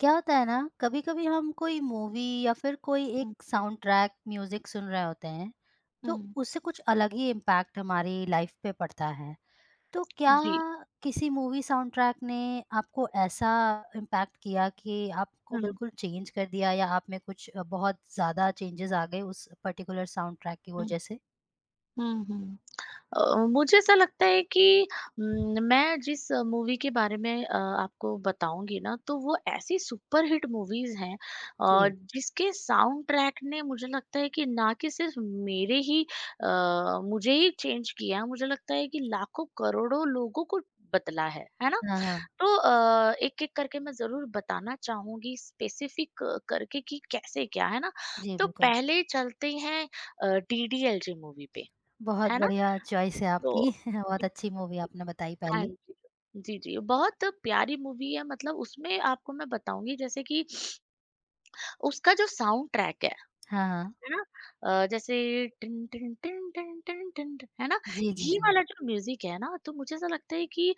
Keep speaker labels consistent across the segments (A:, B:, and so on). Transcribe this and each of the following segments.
A: क्या होता है ना, कभी कभी हम कोई मूवी या फिर कोई
B: हुँ,
A: एक साउंड ट्रैक म्यूजिक सुन रहे होते हैं, तो
B: हुँ।
A: उससे कुछ अलग ही इम्पैक्ट हमारी लाइफ पे पड़ता है। तो क्या
B: जी।
A: किसी मूवी साउंड ट्रैक ने आपको ऐसा इम्पैक्ट किया कि आपको
B: हुँ,
A: बिल्कुल चेंज कर दिया, या आप में कुछ बहुत ज्यादा चेंजेस आ गए उस पर्टिकुलर साउंड ट्रैक की
B: हुँ,
A: वजह से?
B: हुँ, हुँ। मुझे ऐसा लगता है कि मैं जिस मूवी के बारे में आपको बताऊँगी ना, तो वो ऐसी सुपर हिट मूवीज़ हैं
A: जी।
B: जिसके साउंड ट्रैक ने मुझे लगता है कि ना, कि सिर्फ़ मेरे ही अ, मुझे ही चेंज किया, मुझे लगता है कि लाखों, करोड़ों लोगों को बदला है ना?
A: हाँ हाँ।
B: तो एक-एक करके मैं ज़रूर बताना चाहूँगी, स्पेसिफ़िक करके, कि कैसे क्या, है ना?
A: जी
B: तो
A: बिल्कुल।
B: पहले चलते हैं डीडीएलजे मूवी पे,
A: बहुत
B: है ना?
A: बढ़िया चॉइस है आपकी।
B: तो
A: बहुत
B: जी,
A: अच्छी मूवी
B: जी।
A: आपने बताई
B: हाँ
A: पहली।
B: जी। जी, जी, बहुत प्यारी मूवी है, मतलब उसमें आपको मैं बताऊँगी, जैसे कि उसका जो साउंड ट्रैक है
A: हाँ हाँ।
B: है ना, जैसे टिन टिन टिन टिन टिन टिन टिन, है ना,
A: जी जी
B: ये
A: जी।
B: वाला जो म्यूजिक है ना, तो मुझे ऐसा लगता है कि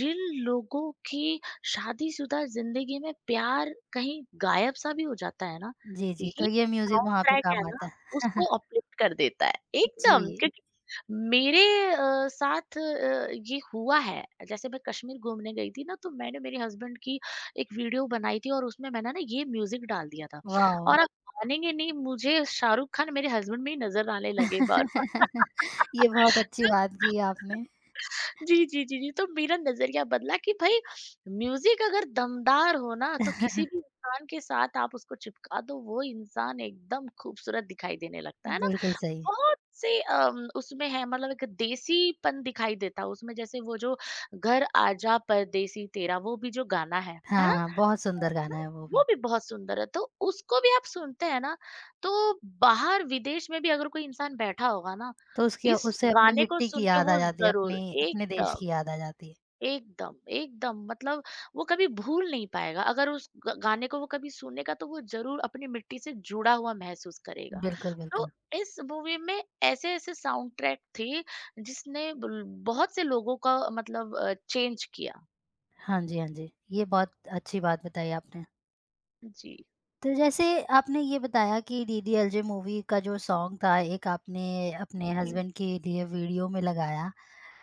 B: जिन लोगों की शादीशुदा जिंदगी में प्यार कहीं गायब सा भी हो जाता है ना,
A: जी, जी, तो
B: ये
A: ये म्यूज़िक
B: साउंड
A: वहाँ पे
B: ट्रैक है
A: काम आता
B: ना,
A: है।
B: उसको अपलिफ्ट कर देता है एकदम,
A: जी।
B: क्योंकि मेरे साथ ये हुआ है। जैसे मैं कश्मीर घूमने गई थी ना, तो मैंने मेरे हस्बैंड की एक वीडियो बनाई थी और उसमें मैंने ना ये म्यूजिक डाल दिया था।
A: वॉव!
B: और मानेंगे नहीं, मुझे शाहरुख खान मेरे हस्बैंड में ही नज़र आने लगे बार-बार।
A: ये बहुत अच्छी बात की आपने।
B: जी, जी, जी, जी, तो मेरा नज़रिया बदला कि भई, म्यूज़िक अगर दमदार हो ना, तो किसी भी इंसान के साथ आप उसको चिपका दो, वो इंसान एकदम खूबसूरत दिखाई देने लगता है ना।
A: बिल्कुल सही।
B: बहुत से उसमें है, मतलब एक देसीपन दिखाई देता है उसमें, जैसे वो जो घर आजा परदेसी तेरा, वो भी जो गाना है ना?
A: हाँ, बहुत सुंदर गाना है वो
B: वो
A: भी।
B: भी बहुत सुंदर है। तो उसको भी आप सुनते हैं ना, तो बाहर विदेश में भी अगर कोई इंसान बैठा होगा ना,
A: तो उसकी
B: इस
A: उससे अपनी
B: गाने को
A: मिट्टी की
B: सुन के
A: याद आ
B: वो
A: जाती है,
B: ज़रूर,
A: अपनी अपने देश
B: एकदम,
A: की याद आ जाती है।
B: एकदम, एकदम, मतलब वो कभी भूल नहीं पाएगा। अगर उस ग गाने को वो कभी सुनेगा, तो वो ज़रूर अपनी मिट्टी से जुड़ा हुआ महसूस करेगा।
A: बिल्कुल,
B: तो
A: बिल्कुल।
B: इस मूवी में ऐसे-ऐसे साउंड ट्रैक थे, जिसने बुल बहुत से लोगों का, मतलब, चेंज किया।
A: हाँ जी, हाँ जी। ये बहुत अच्छी बात बताई आपने।
B: जी,
A: तो जैसे आपने ये बताया कि डीडीएलजे मूवी का जो सॉन्ग था, एक आपने अपने
B: जी।
A: हस्बैंड के लिए वीडियो में लगाया।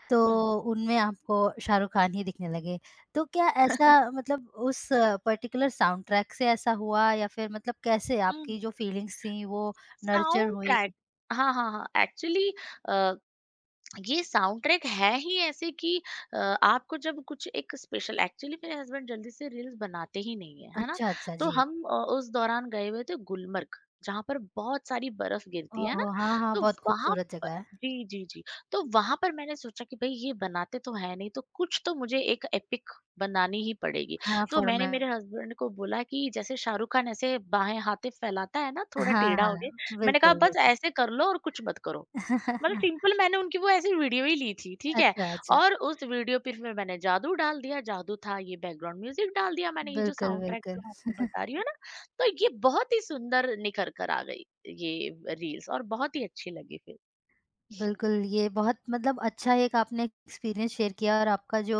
A: तो
B: हुँ।
A: उनमें आपको शाहरुख़ खान ही दिखने लगे। तो क्या ऐसा मतलब उस पर्टिकुलर साउंड ट्रैक से ऐसा हुआ, या फिर मतलब कैसे आपकी
B: हुँ,
A: जो फीलिंग्स थी वो नर्चर
B: साउंड
A: हुई?
B: ट्रैक। हाँ, हाँ, हाँ, एक्चुअली अ, ये साउंड ट्रैक है ही ऐसे कि अ, आपको जब कुछ एक स्पेशल, एक्चुअली मेरे हस्बैंड जल्दी से रील्स बनाते ही नहीं है, है ना?
A: अच्छा, अच्छा,
B: तो
A: जी।
B: हम उस दौरान गए हुए थे गुलमर्ग, जहाँ पर बहुत सारी बर्फ गिरती है
A: ओहो!
B: ना,
A: हाँ, हाँ,
B: तो
A: बहुत
B: वहाँ,
A: खूबसूरत जगह है।
B: जी, जी, जी। तो वहाँ पर मैंने सोचा कि भई ये बनाते तो हैं नहीं, तो कुछ तो मुझे एक एपिक बनानी ही पड़ेगी।
A: हाँ,
B: तो मैंने मेरे
A: फॉर्मेट।
B: हस्बैंड को बोला कि जैसे शाहरुख़ खान ऐसे बाएँ हाथे फैलाता है ना, थोड़ा
A: हाँ,
B: टेढ़ा
A: हाँ,
B: हो के, मैंने कहा,
A: बिल्कुल,
B: बस
A: बिल्कुल।
B: ऐसे कर लो और कुछ मत करो। मतलब सिंपल, मैंने उनकी वो ऐसी वीडियो ही ली थी, ठीक है?
A: अच्छा, अच्छा।
B: और उस वीडियो पे फिर मैंने जादू डाल दिया, जादू था, ये बैकग्राउंड म्यूज़िक डाल दिया मैंने, ये जो
A: बिल्कुल,
B: साउंड ट्रैक
A: बिल्कुल।
B: जो मैं आपको बता रही हूँ ना, तो ये बहुत ही सुंदर निखर कर आ गई ये रील्स, और बहुत ही अच्छी लगी फिर।
A: बिल्कुल, ये बहुत मतलब अच्छा एक आपने एक्सपीरियंस शेयर किया, और आपका जो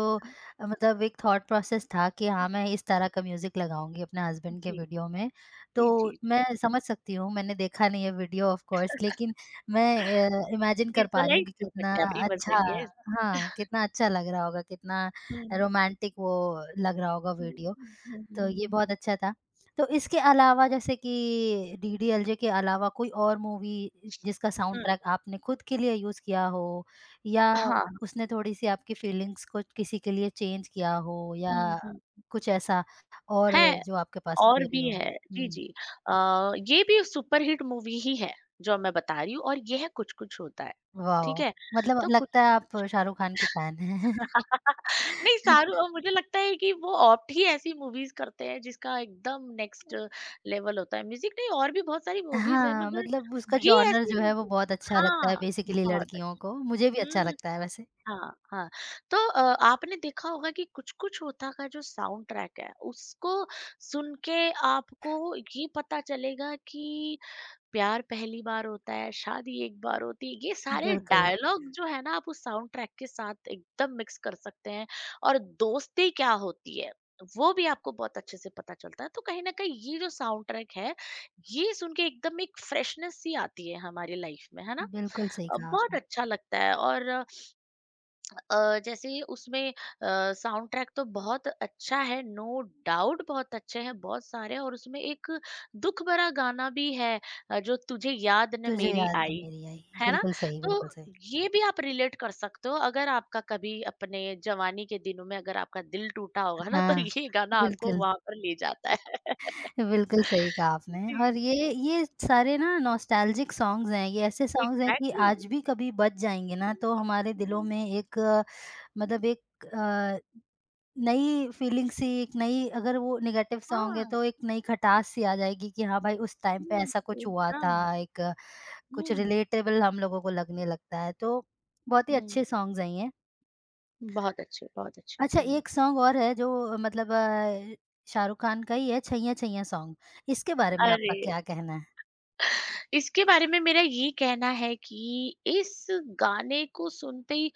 A: मतलब एक थॉट प्रोसेस था कि हाँ, मैं इस तरह का म्यूज़िक लगाऊँगी अपने हस्बैंड के
B: जी।
A: वीडियो में। तो
B: जी, जी।
A: मैं समझ सकती हूँ, मैंने देखा नहीं है वीडियो ऑफ़ कोर्स, लेकिन मैं इमेजिन कर पा रही हूँ
B: विजुअलाइज़
A: कि
B: कर
A: कितना
B: सकते हैं अपनी मर्ज़ी
A: अच्छा।
B: में, यस।
A: हाँ, कितना अच्छा लग रहा होगा, कितना
B: हुँ।
A: रोमांटिक वो लग रहा होगा
B: हुँ,
A: वीडियो।
B: हुँ, हुँ,
A: तो ये
B: हुँ।
A: बहुत अच्छा था। तो इसके अलावा, जैसे कि डीडीएलजे के अलावा कोई और मूवी जिसका साउंड
B: हुँ।
A: ट्रैक आपने खुद के लिए यूज़ किया हो, या
B: हाँ।
A: उसने थोड़ी-सी आपकी फीलिंग्स को किसी के लिए चेंज किया हो, या
B: हुँ, हुँ।
A: कुछ ऐसा और
B: है,
A: जो आपके पास
B: और
A: स्टोरी
B: भी
A: हो?
B: है। जी,
A: हुँ।
B: जी। अ, ये भी सुपर हिट मूवी ही है, जो मैं बता रही हूँ, और ये है कुछ-कुछ होता है। ठीक
A: वॉव!
B: है?
A: मतलब
B: तो
A: लगता है आप
B: कुछ-कुछ
A: शाहरुख खान के फैन हैं।
B: नहीं, सारू, मुझे लगता है कि वो ऑप्ट ही ऐसी मूवीज़ करते हैं जिसका एकदम नेक्स्ट लेवल होता है। म्यूज़िक नहीं, और भी बहुत सारी मूवीज़ हैं,
A: हाँ,
B: मगर
A: मतलब उसका
B: ये
A: जॉनर
B: ऐसी
A: जो है वो
B: मूवी,
A: बहुत अच्छा लगता है
B: हाँ,
A: बेसिकली
B: बहुत
A: लड़कियों
B: अच्छी।
A: को, मुझे भी अच्छा
B: हुँ।
A: लगता है वैसे।
B: हाँ, हाँ। तो आपने देखा होगा कि कुछ-कुछ होता का जो साउंड ट्रैक है, उसको सुन के आपको ये पता चलेगा कि प्यार पहली बार होता है, शादी एक बार होती है। ये सारे
A: बिल्कुल।
B: डायलॉग जो है ना, आप उस साउंड ट्रैक के साथ एकदम मिक्स कर सकते हैं, और दोस्ती क्या होती है, वो भी आपको बहुत अच्छे से पता चलता है। तो कहीं न कहीं, ये जो साउंड ट्रैक है, ये सुन के एकदम एक फ्रेशनेस सी आती है हमारी लाइफ में, है ना?
A: बिल्कुल सही कहा
B: बहुत
A: आपने।
B: अच्छा लगता है, और जैसे उसमें साउंड ट्रैक तो बहुत अच्छा है, नो डाउट, बहुत अच्छे हैं, बहुत सारे हैं, और उसमें एक दुख भरा गाना भी है, जो तुझे याद न
A: तुझे
B: मेरी
A: याद है
B: आई,
A: मेरी आई,
B: है ना,
A: बिल्कुल सही,
B: तो
A: बिल्कुल सही।
B: ये भी आप रिलेट कर सकते हो, अगर आपका कभी अपने जवानी के दिनों में अगर आपका दिल टूटा होगा ना, तो
A: हाँ।
B: ये गाना आपको
A: बिल्कुल,
B: वहां पर ले जाता है।
A: बिल्कुल सही कहा आपने।
B: जी।
A: और
B: जी,
A: ये सारे ना नॉस्टैल्जिक सॉन्ग्स हैं, ये ऐसे सॉन्ग्स हैं कि
B: एग्जैक्टली।
A: आज भी कभी बज जाएँगे ना, तो हमारे दिलों में एक मतलब एक नई फीलिंग सी, एक नई, अगर वो नेगेटिव सॉन्ग है
B: हाँ।
A: तो एक नई खटास सी आ जाएगी कि हाँ भाई उस टाइम पे
B: हम्म,
A: ऐसा कुछ हुआ
B: एकदम।
A: था, एक कुछ
B: हम्म।
A: रिलेटेबल हम लोगों को लगने लगता है। तो बहुत ही
B: हम्म।
A: अच्छे सॉन्ग्स हैं ये।
B: बहुत अच्छे, बहुत अच्छे।
A: अच्छा,
B: हुँ।
A: एक सॉन्ग और है जो मतलब शाहरुख खान का ही है, छैया छैया सॉन्ग। इसके बारे में आपका
B: अरे!
A: क्या कहना है?
B: इसके बारे में मेरा ये कहना है कि इस गाने को सुनते ही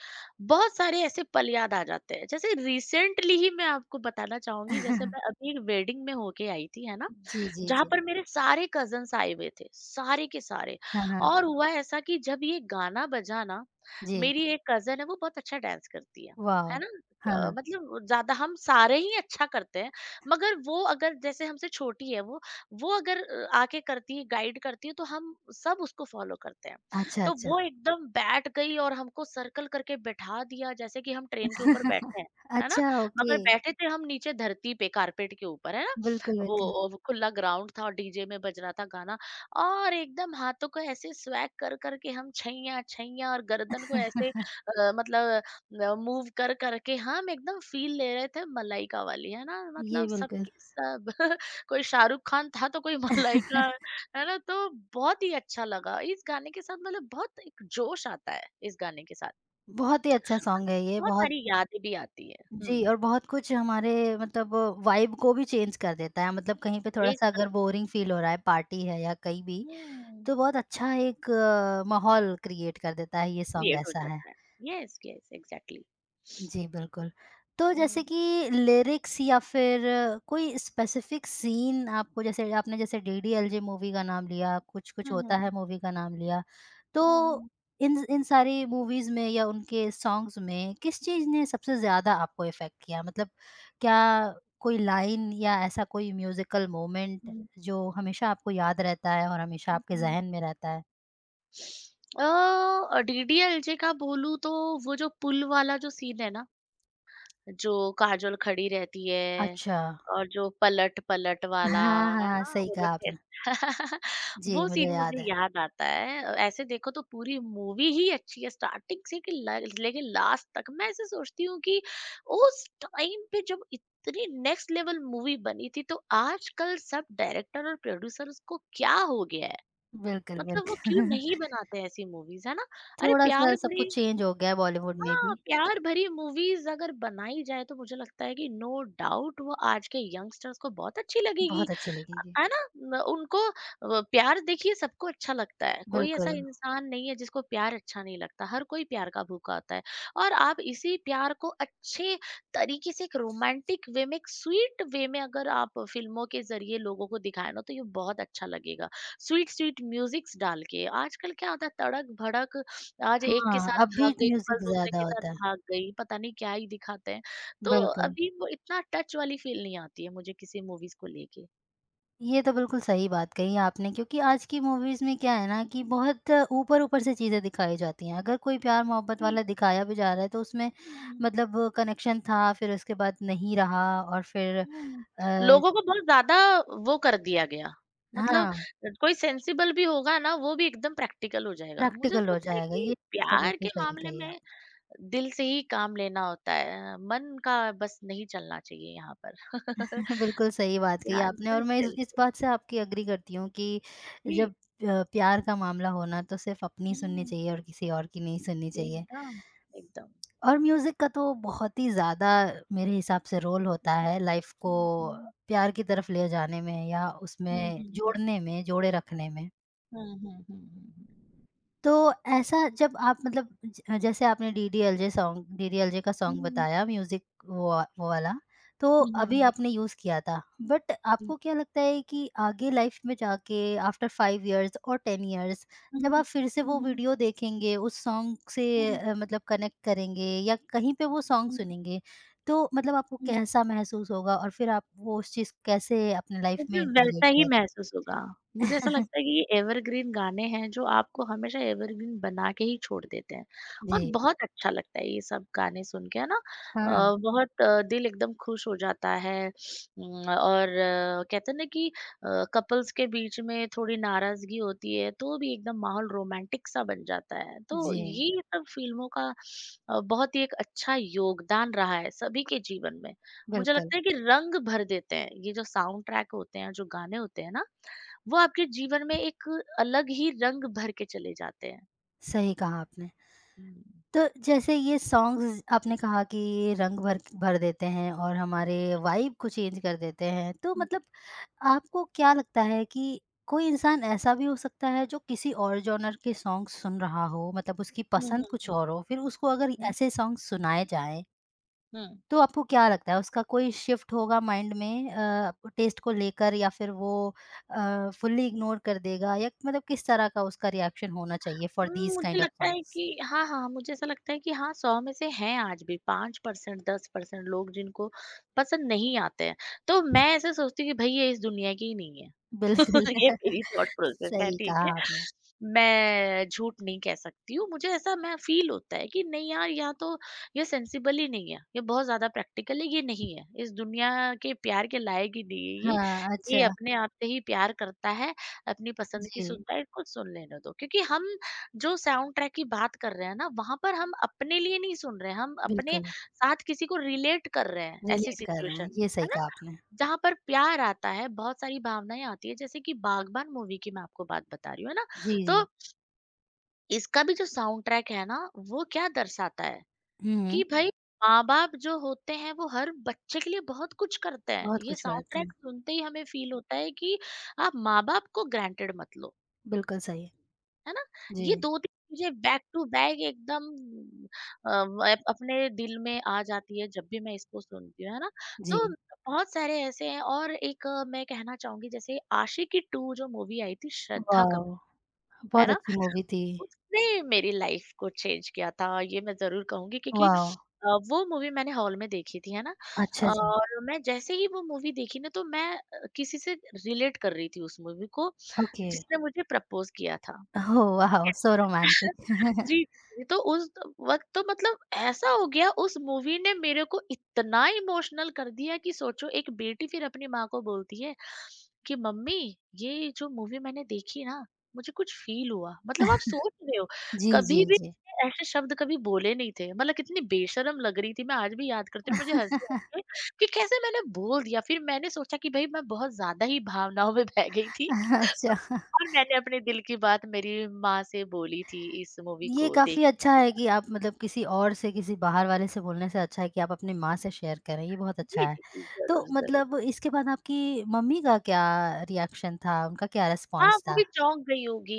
B: बहुत सारे ऐसे पल याद आ जाते हैं। जैसे रिसेंटली ही मैं आपको बताना चाहूँगी, जैसे मैं अभी एक वेडिंग में होके आई थी, है ना?
A: जी, जी,
B: जहाँ
A: जी।
B: पर मेरे सारे कज़िन्स आए हुए थे, सारे के सारे,
A: हाँ, हाँ।
B: और हुआ ऐसा कि जब ये गाना बजा ना,
A: जी।
B: मेरी एक कज़िन है, वो बहुत अच्छा डांस करती है
A: वाह!
B: ना?
A: हाँ।
B: मतलब ज़्यादा हम सारे ही अच्छा करते हैं, मगर वो अगर, जैसे हमसे छोटी है, वो अगर आके करती है, गाइड करती है, तो हम सब उसको फॉलो करते हैं।
A: अच्छा,
B: तो
A: अच्छा।
B: वो एकदम बैठ गई और हमको सर्कल करके बैठा दिया, जैसे कि हम ट्रेन के ऊपर बैठे हैं, है ना,
A: अच्छा, ओके।
B: मगर बैठे थे हम नीचे धरती पे कारपेट के ऊपर, है ना।
A: बिल्कुल,
B: वो
A: बिल्कुल।
B: वो खुला ग्राउंड था, और डीजे में बज रहा था गाना, और एकदम हाथों को ऐसे स्वैग कर करके हम छैया छैया, और गर्दन को ऐसे मतलब मूव कर करके हम एकदम फील ले रहे थे, मलाइका वाली, है ना,
A: ये
B: मतलब
A: बिल्कुल।
B: सबके सब, कोई शाहरुख खान था, तो कोई मलाइका, है ना, तो बहुत ही अच्छा लगा। इस गाने के साथ मतलब बहुत एक जोश आता है इस गाने के साथ।
A: बहुत ही अच्छा सॉन्ग है ये,
B: बहुत
A: बहुत।
B: सारी यादें भी आती है।
A: जी, और बहुत कुछ हमारे मतलब वाइब को भी चेंज कर देता है। मतलब कहीं पे
B: एक
A: थोड़ा-सा
B: साथ
A: अगर बोरिंग फ़ील हो रहा है, पार्टी है या कहीं भी,
B: हुँ,
A: तो बहुत अच्छा एक माहौल क्रिएट कर देता है, ये सॉन्ग
B: क्रिएट हो
A: ऐसा है।
B: जाता है। Yes, yes, exactly.
A: जी, बिल्कुल। तो जैसे
B: हुँ।
A: कि लिरिक्स या फिर कोई स्पेसिफ़िक सीन आपको, जैसे आपने जैसे डीडीएलजे मूवी का नाम लिया, कुछ-कुछ
B: हुँ,
A: होता
B: हुँ,
A: है
B: हुँ।
A: मूवी का नाम लिया। तो
B: हुँ,
A: इन इन सारी मूवीज़ में या उनके सॉन्ग्स में किस चीज़ ने सबसे ज़्यादा आपको इफ़ेक्ट किया? मतलब क्या कोई लाइन या ऐसा कोई म्यूज़िकल मोमेंट
B: हुँ,
A: जो हमेशा आपको याद रहता है और हमेशा
B: हुँ,
A: आपके
B: हुँ।
A: ज़हन में रहता है?
B: डीडीएलजे का बोलूँ, तो वो जो पुल वाला जो सीन है ना, जो काजोल खड़ी रहती है,
A: अच्छा।
B: और जो पलट-पलट वाला,
A: हाँ,
B: है
A: हाँ,
B: ना?
A: सही
B: वो जो
A: कहा आपने।
B: टेस्ट,
A: जी,
B: वो
A: मुझे
B: सीन
A: याद
B: मुझे
A: है।
B: याद आता है। ऐसे देखो, तो पूरी मूवी ही अच्छी है स्टार्टिंग से कि ल लेके लास्ट तक। मैं ऐसे सोचती हूँ कि उस टाइम पे जब इतनी नेक्स्ट लेवल मूवी बनी थी, तो आजकल सब डायरेक्टर और प्रोड्यूसर्स को क्या हो गया है?
A: बिल्कुल,
B: मतलब वो क्यों
A: बिल्कुल।
B: नहीं बनाते ऐसी मूवीज़, है ना? अरे,
A: थोड़ा-सा
B: प्यार
A: सब
B: भरी,
A: कुछ चेंज हो गया है बॉलीवुड में
B: हाँ,
A: भी।
B: प्यार भरी मूवीज़ अगर बनाई जाए, तो मुझे लगता है कि नो डाउट वो आज के यंगस्टर्स को बहुत अच्छी लगेगी।
A: बहुत अच्छी लगेगी।
B: है ना? न उनको प्यार, देखिए, सबको अच्छा लगता है, कोई ऐसा
A: बिल्कुल।
B: इंसान नहीं है जिसको प्यार अच्छा नहीं लगता, हर कोई प्यार का भूखा होता है। और आप इसी प्यार को अच्छे तरीके से, एक रोमांटिक वे में, एक स्वीट वे में, अगर आप फ़िल्मों के ज़रिए लोगों को दिखाएँ ना, तो ये बहुत अच्छा लगेगा। स्वीट-स्वीट म्यूज़िक्स डाल के। आजकल क्या होता है, तड़क-भड़क, आज एक के
A: हाँ,
B: साथ भाग
A: अपबीट
B: गई तो कल
A: म्यूज़िक
B: दूसरे
A: ज़्यादा
B: के साथ
A: होता है।
B: भाग गई, पता नहीं क्या ही दिखाते हैं। तो
A: बिल्कुल,
B: अभी वो इतना टच वाली फ़ील नहीं आती है मुझे किसी मूवीज़ को लेके
A: ये तो बिल्कुल सही बात कही आपने, क्योंकि आज की मूवीज़ में क्या है ना कि बहुत ऊपर-ऊपर से चीज़ें दिखाई जाती हैं। अगर कोई प्यार-मोहब्बत
B: कि,
A: वाला दिखाया भी जा रहा है तो उसमें
B: हुँ,
A: मतलब कनेक्शन था, फिर उसके बाद नहीं रहा, और फिर
B: हुँ।
A: अ,
B: लोगों को बहुत ज़्यादा वो कर दिया गया, मतलब
A: हाँ,
B: कोई सेंसिबल भी होगा ना, वो भी एकदम प्रैक्टिकल हो जाएगा। मुझे
A: प्रैक्टिकल
B: तो
A: हो
B: लगता है
A: जाएगा।
B: कि
A: ये चीज़ तो
B: प्यार
A: बिल्कुल
B: के
A: सही
B: मामले
A: कही
B: में
A: आपने।
B: दिल से ही काम लेना होता है, मन का बस नहीं चलना चाहिए यहाँ पर।
A: बिल्कुल सही बात कही
B: प्यार
A: आपने, और
B: सिर्फ़
A: मैं
B: दिल
A: इस
B: से,
A: बात से आपकी एग्री करती हूँ कि
B: जी।
A: जब प्यार का मामला हो ना, तो सिर्फ अपनी सुननी
B: हुँ,
A: चाहिए और किसी और की नहीं सुननी चाहिए।
B: एकदम, एकदम।
A: और म्यूज़िक का तो बहुत ही ज़्यादा मेरे हिसाब से रोल होता है लाइफ़ को
B: 嗯嗯
A: प्यार की तरफ ले जाने में, या
B: 嗯
A: उसमें
B: 嗯
A: जोड़ने में, जोड़े रखने में।
B: 嗯嗯嗯
A: तो ऐसा जब आप मतलब ज जैसे आपने डीडीएलजे सॉन्ग डीडीएलजे का सॉन्ग
B: 嗯嗯
A: बताया म्यूज़िक, वो वाला, तो
B: 嗯
A: अभी
B: 嗯
A: आपने यूज़ किया था। बट आपको
B: 嗯
A: क्या लगता है कि आगे लाइफ़ में जाके आफ्टर 5 इयर्स और 10 इयर्स
B: 嗯
A: जब आप
B: 嗯
A: फिर से
B: 嗯
A: वो
B: 嗯嗯
A: वीडियो देखेंगे, उस सॉन्ग से
B: 嗯
A: मतलब कनेक्ट करेंगे, या कहीं पे वो सॉन्ग
B: 嗯
A: सुनेंगे, तो मतलब आपको
B: 嗯。
A: कैसा महसूस होगा और फिर आप वो उस चीज़ कैसे अपने लाइफ़
B: मुझे
A: में इंटीग्रेट
B: वैसा ही
A: करें?
B: महसूस होगा। मुझे ऐसा लगता है कि ये एवरग्रीन गाने हैं, जो आपको हमेशा एवरग्रीन बना के ही छोड़ देते हैं, और
A: जी।
B: बहुत अच्छा लगता है ये सब गाने सुन के, है ना?
A: हाँ, हाँ।
B: बहुत, दिल एकदम खुश हो जाता है। और, कहते हैं ना कि कपल्स के बीच में थोड़ी नाराज़गी होती है, तो भी एकदम माहौल रोमांटिक सा बन जाता है। तो
A: जी,
B: ये सब फ़िल्मों का बहुत ही एक अच्छा योगदान रहा है सभी के जीवन में। मुझे
A: बिल्कुल।
B: लगता है कि रंग भर देते हैं। ये जो साउंड ट्रैक होते हैं, जो गाने होते हैं ना, वो आपके जीवन में एक अलग ही रंग भर के चले जाते हैं।
A: सही कहा आपने।
B: हुँ।
A: तो जैसे ये सॉन्ग्स आपने कहा कि ये रंग भर भर देते हैं और हमारे वाइब को चेंज कर देते हैं। तो मतलब आपको क्या लगता है कि कोई इंसान ऐसा भी हो सकता है जो किसी और जॉनर के सॉन्ग सुन रहा हो, मतलब उसकी
B: हुँ,
A: पसंद
B: हुँ,
A: कुछ
B: हुँ,
A: और हो, फिर उसको अगर
B: हुँ,
A: ऐसे सॉन्ग सुनाए जाएँ,
B: हुँ।
A: तो आपको क्या लगता है उसका कोई शिफ्ट होगा माइंड में, टेस्ट को लेकर, या फिर वो फुल्ली इग्नोर कर देगा, या मतलब किस तरह का उसका रिएक्शन होना चाहिए फॉर दीज़
B: मुझे
A: काइंड ऑफ
B: लगता है
A: सॉन्ग्स?
B: कि हाँ, हाँ, मुझे ऐसा लगता है कि हाँ, 100 में से हैं आज भी 5% 10% लोग जिनको पसंद नहीं आते हैं। तो मैं ऐसा सोचती हूँ कि भई ये इस दुनिया की ही नहीं है।
A: बिल्कुल,
B: ये मेरी थॉट प्रोसेस है,
A: सही
B: ठीक
A: कहा
B: है?
A: आपने।
B: मैं झूठ नहीं कह सकती हूँ, मुझे ऐसा मैं फ़ील होता है कि नहीं यार, या तो ये सेंसिबल ही नहीं है, ये बहुत ज़्यादा प्रैक्टिकल है, ये नहीं है। इस दुनिया के प्यार के लायक ही नहीं है ये।
A: हाँ,
B: ये
A: अच्छा।
B: अपने आप से ही प्यार करता है, अपनी पसंद की
A: जी,
B: सुनता है, इसको सुन लेने दो। क्योंकि हम जो साउंड ट्रैक की बात कर रहे हैं ना, वहाँ पर हम अपने लिए नहीं सुन रहे हैं, हम अपने
A: बिल्कुल,
B: साथ किसी को रिलेट कर रहे हैं ऐसी
A: रिलेट कर रहे
B: सिचुएशन
A: हैं, ये
B: में,
A: सही
B: है ना?
A: कहा आपने।
B: जहाँ पर प्यार आता है, बहुत सारी भावनाएँ आती है, जैसे कि बागबान मूवी की मैं आपको बात बता रही हूँ, है ना?
A: जी,
B: तो
A: जी।
B: इसका भी जो साउंड ट्रैक है ना, वो क्या दर्शाता है, कि
A: हुँ,
B: भाई माँ-बाप जो होते हैं, वो हर बच्चे के लिए बहुत कुछ करते हैं।
A: बहुत
B: ये
A: कुछ
B: साउंड
A: करते हैं,
B: ट्रैक सुनते ही हमें फील होता है कि आप माँ-बाप को ग्रांटेड मत लो।
A: बिल्कुल सही।
B: है ना? ये
A: जी,
B: 2-3 चीज़ें बैक टू बैक एकदम, अ, अपने दिल में आ जाती है जब भी मैं इसको सुनती हूँ, है ना? तो
A: जी।
B: बहुत सारे ऐसे हैं, और एक, मैं कहना चाहूँगी, जैसे आशिकी 2 जो मूवी आई थी, श्रद्धा
A: वाओ!
B: कपूर, है
A: बहुत
B: ना?
A: अच्छी मूवी थी।
B: उसने मेरी लाइफ को चेंज किया था, ये मैं ज़रूर कहूँगी, क्योंकि
A: वाओ!
B: वो मूवी मैंने हॉल में देखी थी, है ना?
A: अच्छा जी,
B: और मैं जैसे ही वो मूवी देखी ना, तो मैं किसी से रिलेट कर रही थी उस मूवी को,
A: ओके,
B: जिसने मुझे प्रपोज़ किया था।
A: Oh wow! सो
B: जी,
A: रोमांटिक।
B: जी, जी, तो उस वक़्त तो मतलब ऐसा हो गया, उस मूवी ने मेरे को इतना इमोशनल कर दिया कि सोचो, एक बेटी फिर अपनी माँ को बोलती है कि मम्मी, ये जो मूवी मैंने देखी ना, मुझे कुछ फ़ील हुआ। मतलब, आप सोच रहे हो,
A: जी,
B: कभी
A: जी,
B: भी
A: जी।
B: मैंने ऐसे शब्द कभी बोले नहीं थे। मतलब कितनी बेशर्म लग रही थी, मैं आज भी याद करती हूँ और मुझे हँसी आती है कि कैसे मैंने बोल दिया। फिर मैंने सोचा कि भई मैं बहुत ज़्यादा ही भावनाओं में बह गई थी।
A: अच्छा।
B: और मैंने अपने दिल की बात मेरी माँ से बोली थी इस मूवी
A: ये
B: को
A: काफ़ी
B: देख।
A: अच्छा है कि आप मतलब किसी और से, किसी बाहर वाले से बोलने से अच्छा है कि आप अपनी माँ से शेयर करें, ये बहुत अच्छा
B: जी,
A: है।
B: जी, जी,
A: तो
B: ज़रूर, ज़रूर।
A: मतलब इसके बाद आपकी मम्मी का क्या रिएक्शन था? उनका क्या
B: हाँ,
A: रिस्पॉन्स
B: वो
A: था?
B: भी चौंक गई होगी।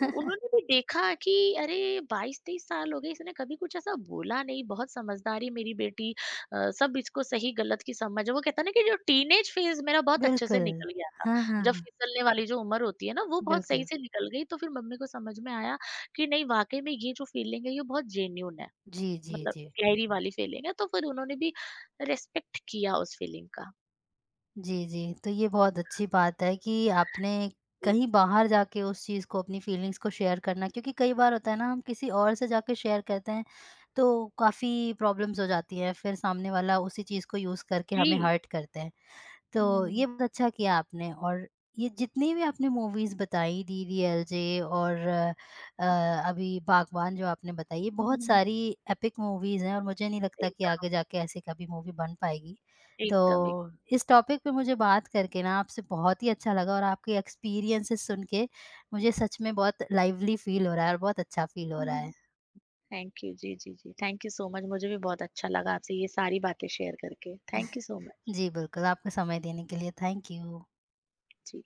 B: उ उन्होंने भी देखा कि अरे 22-23 साल हो गए, इसने कभी कुछ ऐसा बोला नहीं, बहुत समझदार है मेरी बेटी, सब इसको सही-गलत की समझ है। वो कहता है ना कि जो टीनेज फेज़ मेरा बहुत अच्छे से
A: बिल्कुल।
B: निकल गया था।
A: हाँ, हाँ,
B: जब
A: हाँ।
B: फिसलने वाली जो उम्र होती है ना, वो बहुत सही
A: बिल्कुल।
B: से निकल गई, तो फिर मम्मी को समझ में आया कि नहीं, वाक़ई में ये जो फ़ीलिंग है, ये बहुत जेन्युइन है।
A: जी, जी,
B: मतलब
A: जी।
B: गहरी वाली फीलिंग है, तो फिर उन्होंने भी रिस्पेक्ट किया उस फीलिंग का।
A: जी, जी। तो ये बहुत अच्छी बात है कि आपने कहीं बाहर जाके उस चीज़ को, अपनी फीलिंग्स को शेयर करना, क्योंकि कई बार होता है ना हम किसी और से जाके शेयर करते हैं, तो काफ़ी प्रॉब्लम्स हो जाती हैं, फिर सामने वाला उसी चीज़ को यूज़ करके
B: जी।
A: हमें हर्ट करते हैं। तो
B: हम्म।
A: ये बहुत अच्छा किया आपने, और ये जितनी भी आपने मूवीज़ बताई, डीडीएलजे और अभी बागबान जो आपने बताई, ये बहुत
B: हम्म,
A: सारी एपिक मूवीज़ हैं, और मुझे नहीं लगता कि
B: एकदम,
A: आगे जाके ऐसी कभी मूवी बन पाएगी। तो
B: एकदम,
A: इस टॉपिक पे मुझे बात करके ना आपसे बहुत ही अच्छा लगा, और आपके एक्सपीरियंसेस सुन के मुझे सच में बहुत लाइवली फ़ील हो रहा है और बहुत अच्छा फ़ील हो रहा
B: एकदम।
A: है।
B: थैंक यू जी, जी, जी, थैंक यू सो मच, मुझे भी बहुत अच्छा लगा आपसे ये सारी बातें शेयर करके, थैंक यू सो मच।
A: जी, बिल्कुल। आपका समय देने के लिए थैंक यू।
B: जी।